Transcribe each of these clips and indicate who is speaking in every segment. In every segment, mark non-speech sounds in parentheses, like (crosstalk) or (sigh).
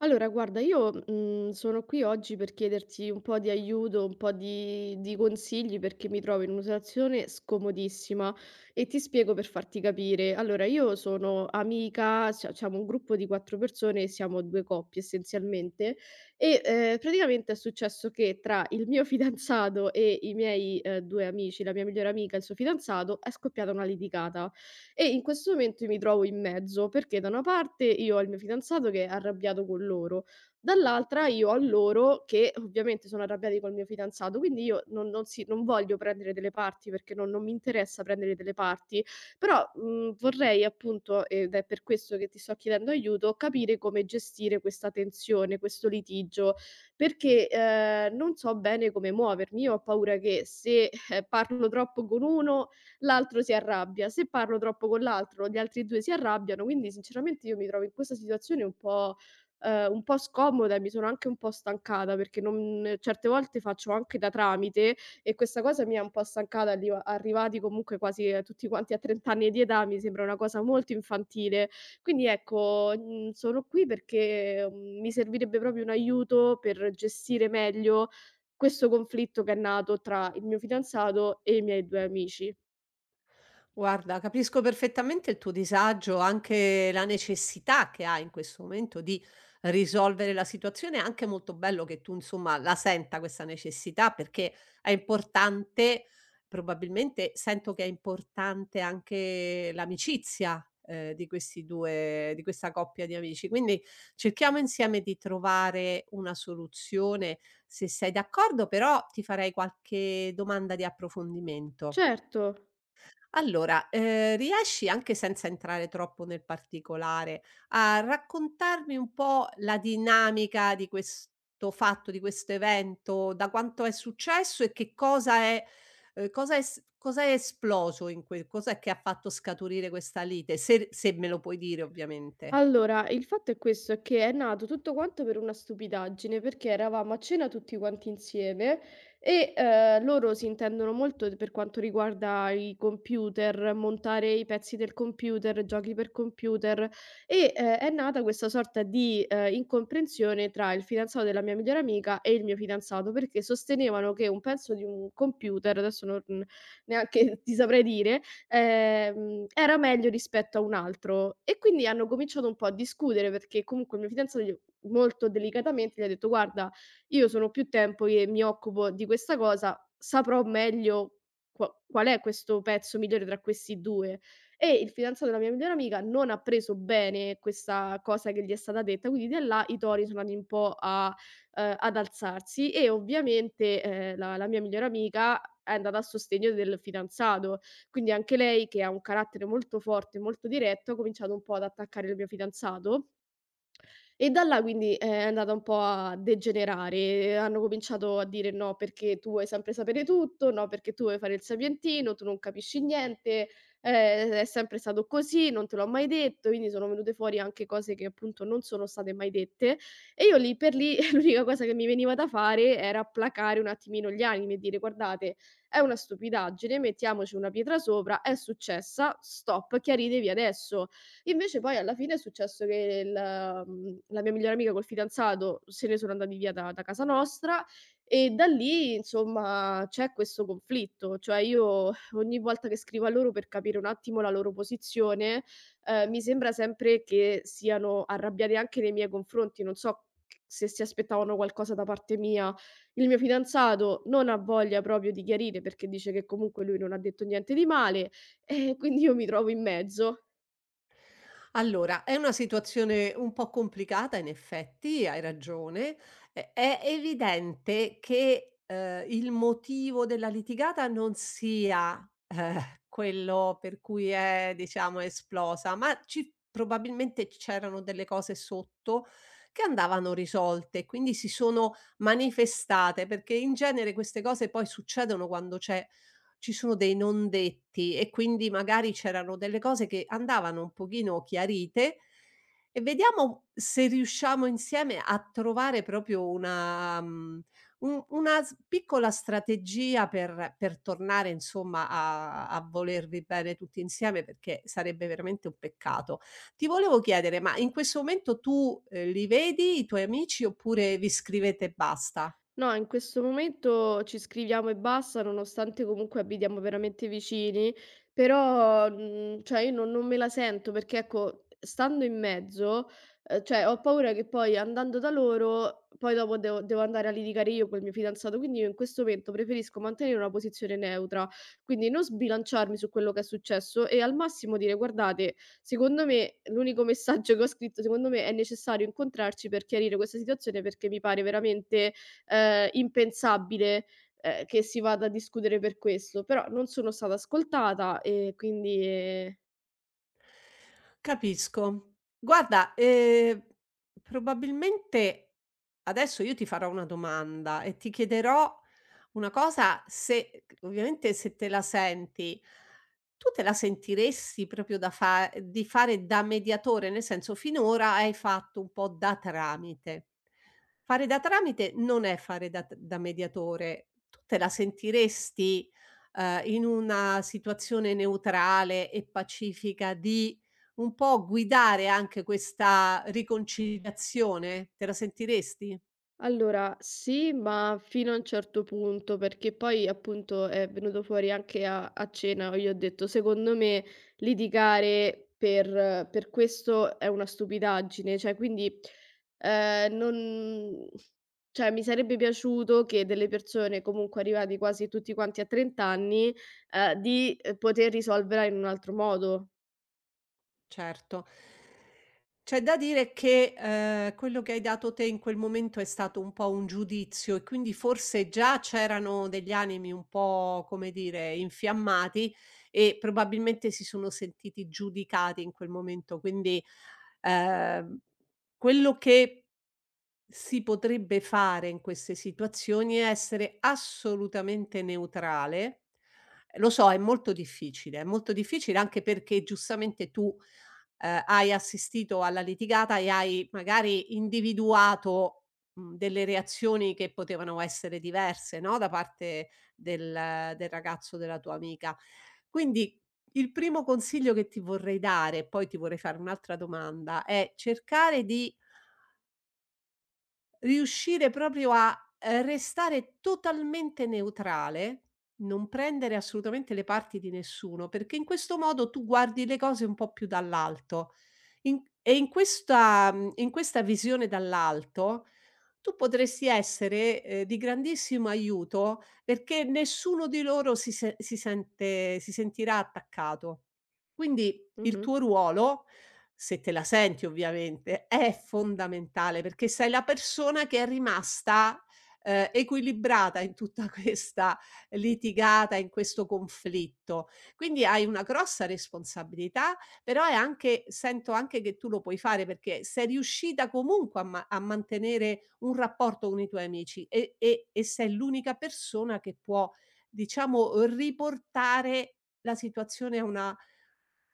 Speaker 1: Allora guarda io, sono qui oggi per chiederti un po' di aiuto, un po' di consigli perché mi trovo in una situazione scomodissima e ti spiego per farti capire. Allora io sono amica, cioè siamo un gruppo di 4 persone, siamo 2 coppie essenzialmente e praticamente è successo che tra il mio (laughs) fidanzato e i miei, 2 amici, la mia migliore amica e il suo fidanzato, è scoppiata una litigata. E in questo momento mi trovo in mezzo, perché da una parte io ho il mio fidanzato che è arrabbiato con loro, dall'altra io ho loro che ovviamente sono arrabbiati col mio fidanzato, quindi io non voglio prendere delle parti perché non mi interessa prendere delle parti, però, vorrei appunto, ed è per questo che ti sto chiedendo aiuto, capire come gestire questa tensione, questo litigio, perché, non so bene come muovermi. Io ho paura che se, parlo troppo con uno, l'altro si arrabbia. Se parlo troppo con l'altro, gli altri 2 si arrabbiano, quindi sinceramente io mi trovo in questa situazione un po' scomoda e mi sono anche un po' stancata perché non certe volte faccio anche da tramite e questa cosa mi ha un po' stancata, arrivati comunque quasi a tutti quanti a 30 anni di età, mi sembra una cosa molto infantile. Quindi ecco, sono qui perché, mi servirebbe proprio un aiuto per gestire meglio questo conflitto che è nato tra il mio fidanzato e i miei 2 amici.
Speaker 2: Guarda, capisco perfettamente il tuo disagio, anche la necessità che hai in questo momento di risolvere la situazione. È anche molto bello che tu, insomma, la senta questa necessità perché è importante, probabilmente sento che è importante anche l'amicizia, di questi due, di questa coppia di amici. Quindi cerchiamo insieme di trovare una soluzione. Se sei d'accordo, però ti farei qualche domanda di approfondimento.
Speaker 1: Certo.
Speaker 2: Allora, riesci, anche senza entrare troppo nel particolare, a raccontarmi un po' la dinamica di questo fatto, di questo evento, da quanto è successo e che cosa è s cosa è esploso, in que cos'è che ha fatto scaturire questa lite? Se me lo puoi dire, ovviamente.
Speaker 1: Allora, il fatto è questo, è che è nato tutto quanto per una stupidaggine, perché eravamo a cena tutti quanti insieme e loro si intendono molto d per quanto riguarda i computer, montare i pezzi del computer, giochi per computer e è nata questa sorta di, incomprensione tra il fidanzato della mia migliore amica e il mio fidanzato, perché sostenevano che un pezzo di un computer, adesso non neanche (laughs) ti saprei dire, era meglio rispetto a un altro. E quindi hanno cominciato un po' a discutere perché comunque il mio fidanzato gli molto delicatamente gli ha detto: "Guarda, io sono più tempo che mi occupo di questa cosa, saprò meglio qual è questo pezzo migliore tra questi 2". E il fidanzato della mia migliore amica non ha preso bene questa cosa che gli è stata detta, quindi da là i tori sono andati un po' a ad alzarsi e ovviamente, la mia migliore amica è andata a sostegno del fidanzato. Quindi anche lei, che ha un carattere molto forte, molto diretto, ha cominciato un po' ad attaccare il mio fidanzato e da là quindi è andata un po' a degenerare, hanno cominciato a dire: "No, perché tu vuoi sempre sapere tutto, no perché tu vuoi fare il sapientino, tu non capisci niente, è sempre stato così, non te l'ho mai detto", quindi sono venute fuori anche cose che appunto non sono state mai dette e io lì per lì (laughs) l'unica cosa che mi veniva da fare era placare un attimino gli animi e dire: "Guardate, è una stupidaggine, mettiamoci una pietra sopra, è successa, stop, chiaritevi adesso". Invece poi alla fine è successo che la mia migliore amica col fidanzato se ne sono andati via da casa nostra e da lì insomma c'è questo conflitto. Cioè io ogni volta che scrivo a loro per capire un attimo la loro posizione, mi sembra sempre che siano arrabbiate anche nei miei confronti, non so se si aspettavano qualcosa da parte mia. Il mio fidanzato non ha voglia proprio di chiarire perché dice che comunque lui non ha detto niente di male e quindi io mi trovo in mezzo.
Speaker 2: Allora, è una situazione un po' complicata in effetti, hai ragione. È evidente che, il motivo della litigata non sia, quello per cui è, diciamo, esplosa, ma ci probabilmente c'erano delle cose sotto che andavano risolte, quindi si sono manifestate, perché in genere queste cose poi succedono quando c'è ci sono dei non detti, e quindi magari c'erano delle cose che andavano un pochino chiarite, e vediamo se riusciamo insieme a trovare proprio una un una s piccola strategia per tornare, insomma, a volervi bene tutti insieme, perché sarebbe veramente un peccato. Ti volevo chiedere, ma in questo momento tu, li vedi i tuoi amici oppure vi scrivete e basta?
Speaker 1: No, in questo momento ci scriviamo e basta, nonostante comunque abitiamo veramente vicini, però, cioè io non me la sento perché, ecco, stando in mezzo, cioè ho paura che poi andando da loro, poi dopo devo andare a litigare io col mio fidanzato, quindi io in questo momento preferisco mantenere una posizione neutra, quindi non sbilanciarmi su quello che è successo e al massimo dire: "Guardate, secondo me l'unico messaggio che ho scritto, secondo me è necessario incontrarci per chiarire questa situazione perché mi pare veramente impensabile, che si vada a discutere per questo, però non sono stata ascoltata e quindi.
Speaker 2: Capisco. Guarda, probabilmente adesso io ti farò una domanda e ti chiederò una cosa, se c ovviamente se te la senti. Tu te la sentiresti proprio da fa di fare da mediatore? Nel senso, finora hai fatto un po' da tramite. Fare da tramite non è fare da t da mediatore. Tu te la sentiresti, in una situazione neutrale e pacifica, di un po' guidare anche questa riconciliazione? Te la sentiresti?
Speaker 1: Allora, sì, ma fino a un certo punto, perché poi appunto è venuto fuori anche a cena, io ho detto, secondo me litigare per questo è una stupidaggine, cioè quindi non. Cioè, mi sarebbe piaciuto che delle persone comunque arrivati quasi tutti quanti a 30 anni di poter risolverla in un altro modo.
Speaker 2: Certo. C'è da dire che, quello che hai dato te in quel momento è stato un po' un giudizio, e quindi forse già c'erano degli animi un po', come dire, infiammati, e probabilmente si sono sentiti giudicati in quel momento. Quindi, ehm, quello che si potrebbe fare in queste situazioni è essere assolutamente neutrale. Lo so, è molto difficile anche perché giustamente tu, hai assistito alla litigata e hai magari individuato, delle reazioni che potevano essere diverse, no, da parte del ragazzo della tua amica. Quindi il primo consiglio che ti vorrei dare, e poi ti vorrei fare un'altra domanda, è cercare di riuscire proprio a, restare totalmente neutrale, non prendere assolutamente le parti di nessuno, perché in questo modo tu guardi le cose un po' più dall'alto. In questa in questa visione dall'alto, tu potresti essere, di grandissimo aiuto, perché nessuno di loro si se si sente, si sentirà attaccato. Quindi il
Speaker 1: Mhm.
Speaker 2: tuo ruolo, se te la senti ovviamente, è fondamentale, perché sei la persona che è rimasta, equilibrata in tutta (laughs) questa litigata, in questo conflitto. Quindi hai una grossa responsabilità, però è anche, sento anche che tu lo puoi fare, perché sei riuscita comunque a mantenere un rapporto con i tuoi amici, e e sei l'unica persona che può, diciamo, riportare la situazione a una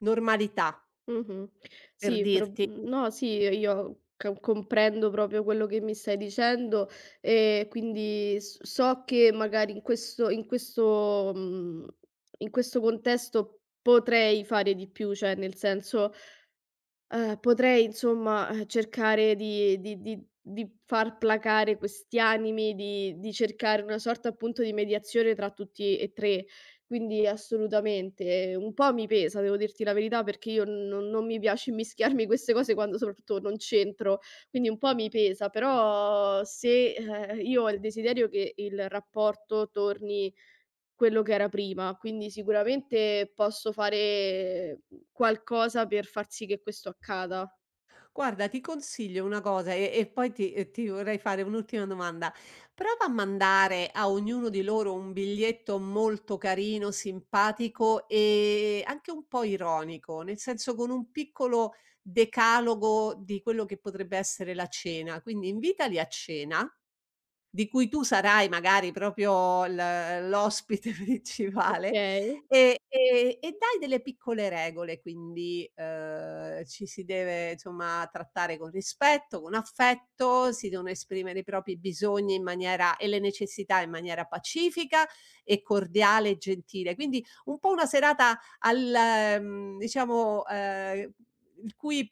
Speaker 2: normalità,
Speaker 1: Mh-mh.
Speaker 2: per
Speaker 1: Sì,
Speaker 2: dirti.
Speaker 1: no, sì, io ca comprendo proprio quello che mi stai dicendo, e quindi s so che magari in questo in questo contesto potrei fare di più, cioè nel senso potrei insomma, cercare di far placare questi animi, di cercare una sorta appunto di mediazione tra tutti e 3. Quindi assolutamente, un po' mi pesa, devo dirti la verità, perché io non mi piace immischiarmi in queste cose quando soprattutto non c'entro, quindi un po' mi pesa, però se, io ho il desiderio che il rapporto torni quello che era prima, quindi sicuramente posso fare qualcosa per far sì che questo accada.
Speaker 2: Guarda, ti consiglio una cosa, e poi ti, ti vorrei fare un'ultima domanda. Prova a mandare a ognuno di loro un biglietto molto carino, simpatico e anche un po' ironico, nel senso con un piccolo decalogo di quello che potrebbe essere la cena. Quindi invitali a cena, di cui tu sarai magari proprio l'ospite (laughs) principale,
Speaker 1: Okay.
Speaker 2: e e dai delle piccole regole. Quindi, ci si deve, insomma, trattare con rispetto, con affetto, si devono esprimere i propri bisogni in maniera, e le necessità in maniera pacifica e cordiale e gentile. Quindi un po' una serata al, diciamo, il cui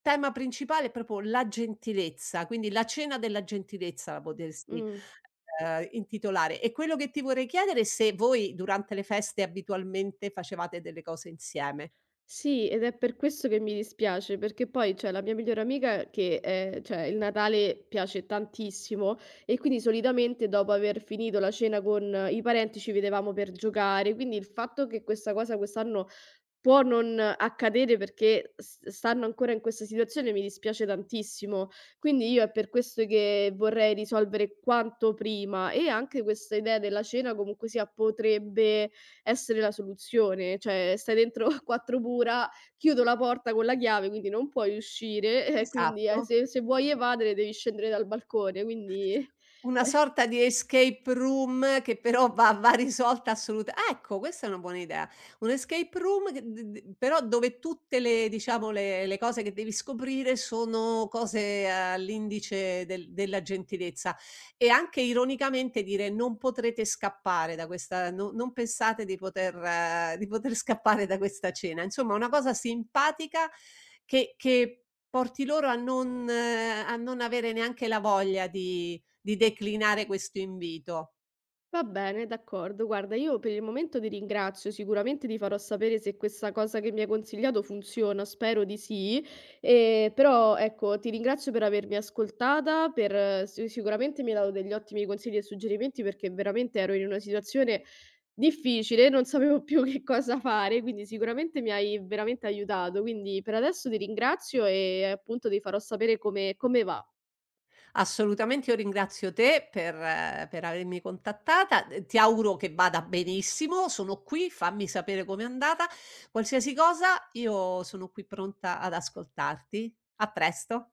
Speaker 2: tema principale è proprio la gentilezza. Quindi la cena della gentilezza la potresti,
Speaker 1: Mh.
Speaker 2: Intitolare. E quello che ti vorrei chiedere è se voi durante le feste abitualmente facevate delle cose insieme.
Speaker 1: Sì, ed è per questo che mi dispiace, perché poi c'è la mia migliore amica che, cioè il Natale piace tantissimo e quindi solitamente dopo aver finito la cena con i parenti ci vedevamo per giocare, quindi il fatto che questa cosa quest'anno può non accadere perché s stanno ancora in questa situazione, mi dispiace tantissimo. Quindi io è per questo che vorrei risolvere quanto prima e anche questa idea della cena comunque sia potrebbe essere la soluzione. Cioè stai dentro (laughs) a 4 mura, chiudo la porta con la chiave, quindi non puoi uscire, (laughs) quindi,
Speaker 2: Esatto.
Speaker 1: se vuoi evadere devi scendere dal balcone, quindi
Speaker 2: Una
Speaker 1: (laughs)
Speaker 2: sorta di escape room, che però va risolta, assolut ecco, questa è una buona idea. Un escape room che d d però, dove tutte, le diciamo, le cose che devi scoprire sono cose all'indice della gentilezza, e anche ironicamente dire: "Non potrete scappare da questa, non pensate di poter, di poter scappare da questa cena." Insomma, una cosa simpatica che porti loro a non, a non avere neanche la voglia di declinare questo invito.
Speaker 1: Va bene, d'accordo. Guarda, io per il momento ti ringrazio, sicuramente ti farò sapere se questa cosa che mi hai consigliato funziona, spero di sì, e però ecco, ti ringrazio per avermi ascoltata, sicuramente mi hai dato degli ottimi consigli e suggerimenti perché veramente ero in una situazione difficile, non sapevo più (laughs) che cosa fare, quindi sicuramente mi hai veramente aiutato, quindi per adesso ti ringrazio e appunto ti farò sapere come va.
Speaker 2: Assolutamente, io ringrazio te per, per avermi contattata, ti auguro che vada benissimo, sono qui, fammi sapere com'è andata. Qualsiasi cosa, io sono qui pronta ad ascoltarti. A presto.